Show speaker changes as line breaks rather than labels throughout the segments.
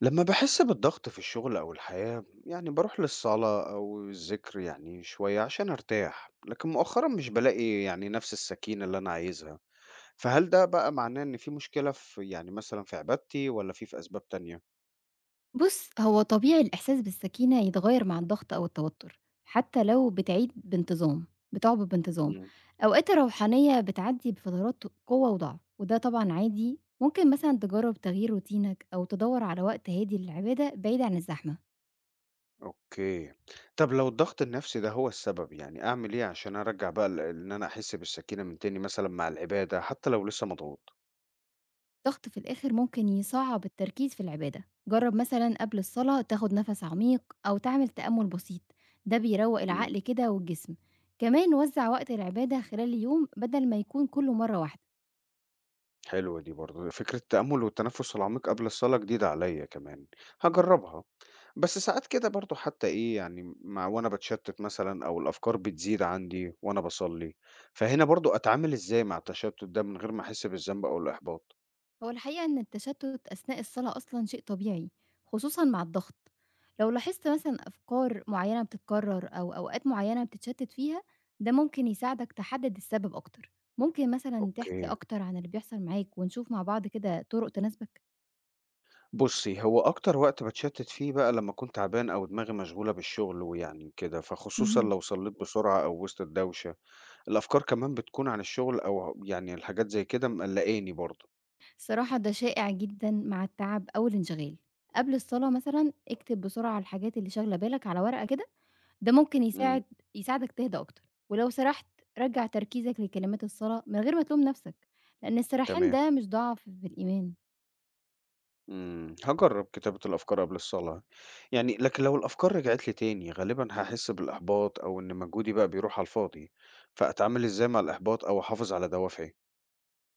لما باحس بالضغط في الشغل أو الحياة، يعني باروح للصلاة أو الذِكر يعني شوية عشان أرتاح، لكن مؤخرًا مش بالاقي يعني نفس السكينة اللي أنا عايزها، فهل ده بقى معناه إن في مشكلة في يعني مثلًا في عبادتي والّا في أسباب تانية؟
بُص، هو طبيعي الإحساس بالسكينة يتغيّر مع الضغط أو التوتر، حتى لو بتعيد بانتظام بتُعبد بانتظام.
إمم،
أوقات الروحانية بتعدّي بفترات قوة وضعف، وده طبعًا عادي. ممكن مثلًا تجرّب تغيير روتينك أو تدوّر على وقت هادي للعبادة بعيد عن الزحمة.
أوكي. طب لو الضغط النفسي ده هو السبب، يعني أعمل إيه عشان أرجّع بقى ال إن أنا أحس بالسكينة من تاني مثلًا مع العبادة حتى لو لسه مضغوط؟
الضغط في الآخر ممكن يصعّب التركيز في العبادة. جرّب مثلًا قبل الصلاة تاخد نَفَس عميق أو تعمل تأمُّل بسيط، ده بيروّق
إمم.
العقل كده والجسم. كمان وزّع وقت العبادة خلال اليوم بدل ما يكون كُلّه مرّة واحدة.
حلوة دي برضه، فكرة التأمل والتنفس العميق قبل الصلاة جديدة عليَّ كمان، هاجربها، بس ساعات كده برضه حتى إيه يعني وأنا باتشتت مثلًا أو الأفكار بتزيد عندي وأنا باصلي، فهنا برضه أتعامل إزاي مع التشتت ده من غير ما أحس بالذنب أو الإحباط؟
هو الحقيقة إن التشتت أثناء الصلاة أصلًا شيء طبيعي، خصوصًا مع الضغط. لو لاحظت مثلًا أفكار معينة بتتكرر أو أوقات معينة بتتشتت فيها، ده ممكن يساعدك تحدد السبب أكتر. ممكن مثلًا تحكي
أوكي،
أكتر عن اللي بيحصل معاك ونشوف مع بعض كده طرق تناسبك؟
بُصّي هو أكتر وقت باتشتت فيه بقى لمّا أكون تعبان أو دماغي مشغولة بالشغل ويعني كده، فخصوصًا
مهم.
لو صليت بسرعة أو وسط الدوشة، الأفكار كمان بتكون عن الشغل أو يعني الحاجات زي كده مقلقاني برضه،
الصراحة ده شائع جدًا مع التعب أو الانشغال. قبل الصلاة مثلًا اكتب بسرعة الحاجات اللي شاغلة بالك على ورقة كده ده ممكن
إمم،
يساعدك تهدى أكتر، ولو سرحت رجّع تركيزك لكلمات الصلاة من غير ما تلوم نفسك، لأن السرحان
تمام.
ده مش ضعف في الإيمان.
هاجرّب كتابة الأفكار قبل الصلاة، يعني لكن لو الأفكار رجعت لي تاني غالبًا هاحس بالإحباط أو إن مجهودي بقى بيروح على الفاضي، فأتعامل إزاي مع الإحباط أو أحافظ على دوافعي؟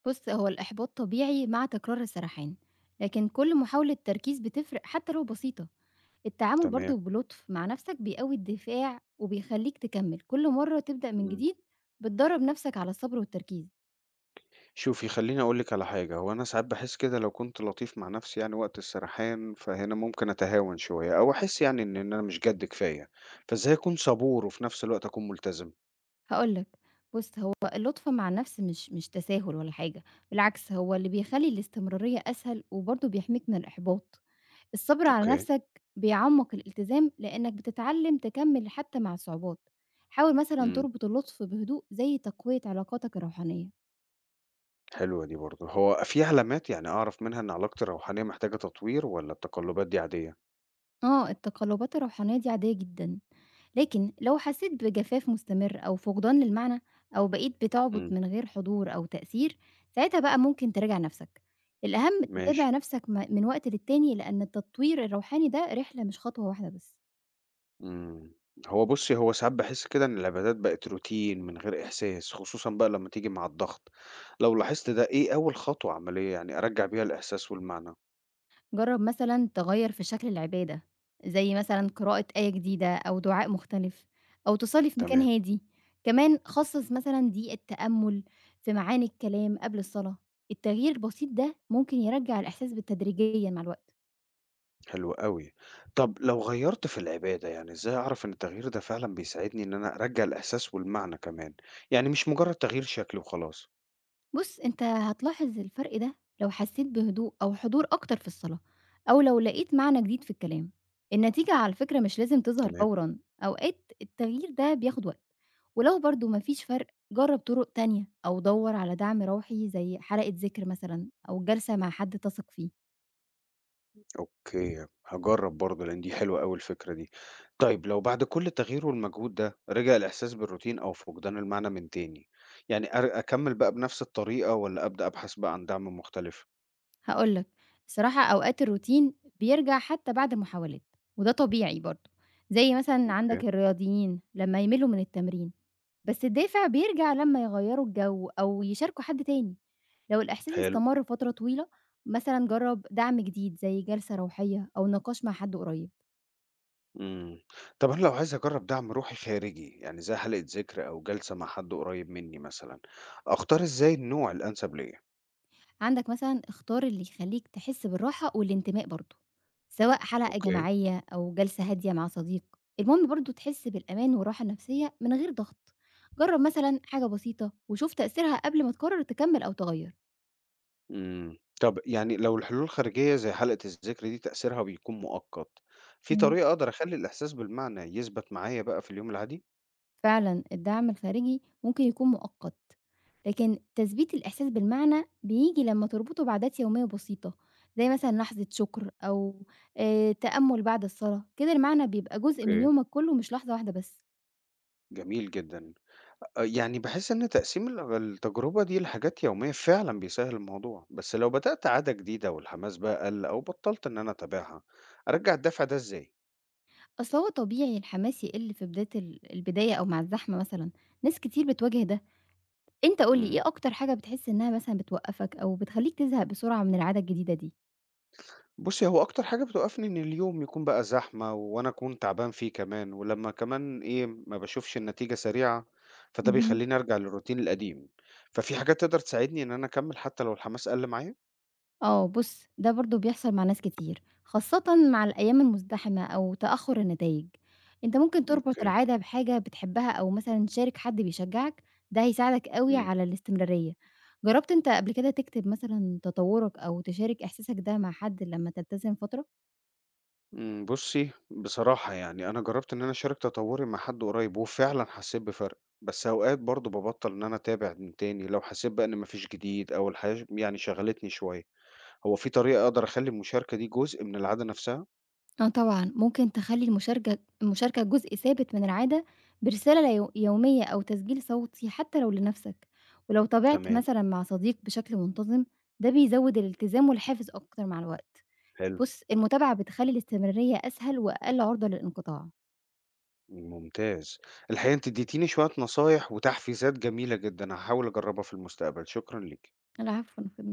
بُص، هو الإحباط طبيعي مع تكرار السرحان، لكن كل محاولة تركيز بتفرق حتى لو بسيطة. التعامل
تمام،
برضه بلطف مع نفسك بيقوي الدفاع وبيخليك تكمل، كل مرة تبدأ من
إمم.
جديد بتدرب نفسك على الصبر والتركيز.
شوفي خلّيني أقول لِك على حاجة، هو أنا ساعات باحس كده لو كنت لطيف مع نفسي يعني وقت السرحان، فهنا ممكن أتهاون شوية أو أحس يعني إن أنا مش جَد كفاية، فإزاي أكون صبور وفي نفس الوقت أكون ملتزم؟
هاقول لك، بُص هو اللطف مع النفس مش تساهل ولا حاجة، بالعكس هو اللي بيخلّي الاستمرارية أسهل وبرضه بيحميك من الإحباط، الصبر على
أوكي.
نفسك بيعمّق الالتزام لإنك بتتعلم تكمّل حتى مع الصعوبات، حاول مثلًا
إمم.
تربط اللطف بهدوء زي تقوية علاقاتك الروحانية.
حلوة دي برضه. هو في علامات يعني أعرف منها إن علاقتي الروحانية محتاجة تطوير والّا التقلبات دي عادية؟
آه، التقلبات الروحانية دي عادية جدًا، لكن لو حسيت بجفاف مستمر أو فقدان للمعنى أو بقيت بتعبد
إمم.
من غير حضور أو تأثير، ساعتها بقى ممكن تراجع نفسك. الأهم
ماشي.
تتابع نفسك من وقت للتاني، لأن التطوير الروحاني ده رحلة مش خطوة واحدة بس.
إمم. بُصّي، هو ساعات باحس كده إن العبادات بقت روتين من غير إحساس، خصوصًا بقى لمّا تيجي مع الضغط. لو لاحظت ده، إيه أول خطوة عملية يعني أرجّع بيها الإحساس والمعنى؟
جرب مثلا تغير في شكل العبادة زي مثلا قراءة آية جديدة أو دعاء مختلف أو تصلي في مكان
تمام،
هادي. كمان خصص مثلا دقيقة تأمل في معاني الكلام قبل الصلاة. التغيير البسيط ده ممكن يرجع الإحساس بالتدريجيا مع الوقت.
حلو أوي. طب لو غيّرت في العبادة، يعني إزاي أعرف إن التغيير ده فعلًا بيساعدني إن أنا أرجّع الإحساس والمعنى كمان؟ يعني مش مجرد تغيير شكل وخلاص.
بُص، أنت هتلاحظ الفرق ده لو حسيت بهدوء أو حضور أكتر في الصلاة، أو لو لقيت معنى جديد في الكلام. النتيجة على فكرة مش لازم تظهر
تمام.
فورًا، أوقات التغيير ده بياخد وقت. ولو برضه ما فيش فرق، جرب طرق تانية أو دَوّر على دعم روحي زي حلقة ذِكر مثلًا أو جلسة مع حد تثق فيه.
أوكي، هاجرّب برضه لإن دي حلوة أوي الفكرة دي. طيب لو بعد كل تغيير والمجهود ده رجع الإحساس بالروتين أو فقدان المعنى من تاني، يعني أكمّل بقى بنفس الطريقة والّا أبدأ أبحث بقى عن دعم مختلف؟
هاقول لك، الصراحة أوقات الروتين بيرجع حتى بعد المحاولات، وده طبيعي برضه. زي مثلًا
أوكي،
عندك الرياضيين لما يملّوا من التمرين. بس الدافع بيرجع لمّا يغيّروا الجو أو يشاركوا حد تاني، لو الإحساس
حلو،
استمر فترة طويلة مثلًا جرّب دعم جديد زي جلسة روحية أو نقاش مع حد قريب،
إمم. طب أنا لو عايز أجرّب دعم روحي خارجي، يعني زي حلقة ذِكر أو جلسة مع حد قريب منّي مثلًا، أختار إزاي النوع الأنسب ليّا؟
عندك مثلًا اختار اللي يخلّيك تحس بالراحة والانتماء برضه، سواء حلقة
أوكي.
جماعية أو جلسة هادية مع صديق، المهم برضه تحس بالأمان والراحة النفسية من غير ضغط، جرّب مثلًا حاجة بسيطة وشوف تأثيرها قبل ما تقرر تكمّل أو تغيّر.
إمم. طب يعني لو الحلول الخارجية زي حلقة الذكر دي تأثيرها بيكون مؤقت، في
إمم.
طريقة أقدر أخلّي الإحساس بالمعنى يثبت معايا بقى في اليوم العادي؟
فعلًا الدعم الخارجي ممكن يكون مؤقت، لكن تثبيت الإحساس بالمعنى بييجي لمّا تربطه بعادات يومية بسيطة، زي مثلًا لحظة شكر أو تأمل بعد الصلاة، كده المعنى بيبقى جزء من
أوكي.
يومك كله مش لحظة واحدة بس.
جميل جدًا. يعني باحس إن تقسيم التجربة دي لحاجات يومية فعلًا بيسهّل الموضوع، بس لو بدأت عادة جديدة والحماس بقى قَل أو بطّلت إن أنا أتابعها، أرجّع الدافع ده إزاي؟
أصل هو طبيعي الحماس يقل في بداية ال البداية أو مع الزحمة مثلًا، ناس كتير بتواجه ده. أنت قُل لي
إمم.
إيه أكتر حاجة بتحس إنها مثلًا بتوقّفك أو بتخلّيك تزهق بسرعة من العادة الجديدة دي؟
بُصّي، هو أكتر حاجة بتوقّفني إن اليوم يكون بقى زحمة وأنا أكون تعبان فيه كمان، ولمّا كمان إيه، ما باشوفش النتيجة سريعة، فده
اهم.
بيخلّيني أرجع للروتين القديم. ففي حاجات تقدر تساعدني إن أنا أكمّل حتى لو الحماس قَل معايا؟
آه، بُص، ده برضه بيحصل مع ناس كتير، خاصةً مع الأيام المزدحمة أو تأخُّر النتايج. أنت ممكن تربط
أوكي،
العادة بحاجة بتحبها أو مثلًا تشارك حد بيشجّعك، ده هيساعدك أوي
إمم.
على الاستمرارية. جرّبت أنت قبل كده تكتب مثلًا تطوُّرك أو تشارك إحساسك ده مع حد لمّا تلتزم فترة؟
إمم، بُصّي، بصراحة يعني أنا جرّبت إن أنا أشارك تطوّري مع حد قريب وفعلًا حسّيت بفرق، بس أوقات برضه بابطّل إن أنا أتابع من تاني لو حسّيت بقى إن ما فيش جديد أو الحياة يعني شغلتني شوية. هو في طريقة أقدر أخلّي المشاركة دي جزء من العادة نفسها؟
آه طبعًا، ممكن تخلّي المشاركة جزء ثابت من العادة برسالة يومية أو تسجيل صوتي حتى لو لنفسك، ولو تابعت
تمام،
مثلًا مع صديق بشكل منتظم ده بيزود الالتزام والحافز أكتر مع الوقت.
حلو.
بُص، المتابعة بتخلّي الاستمرارية أسهل وأقل عرضة للانقطاع.
ممتاز. الحقيقة انت اديتيني شوية نصايح وتحفيزات جميلة جدا هحاول اجربها في المستقبل، شكرا لك.
العفو، أنا في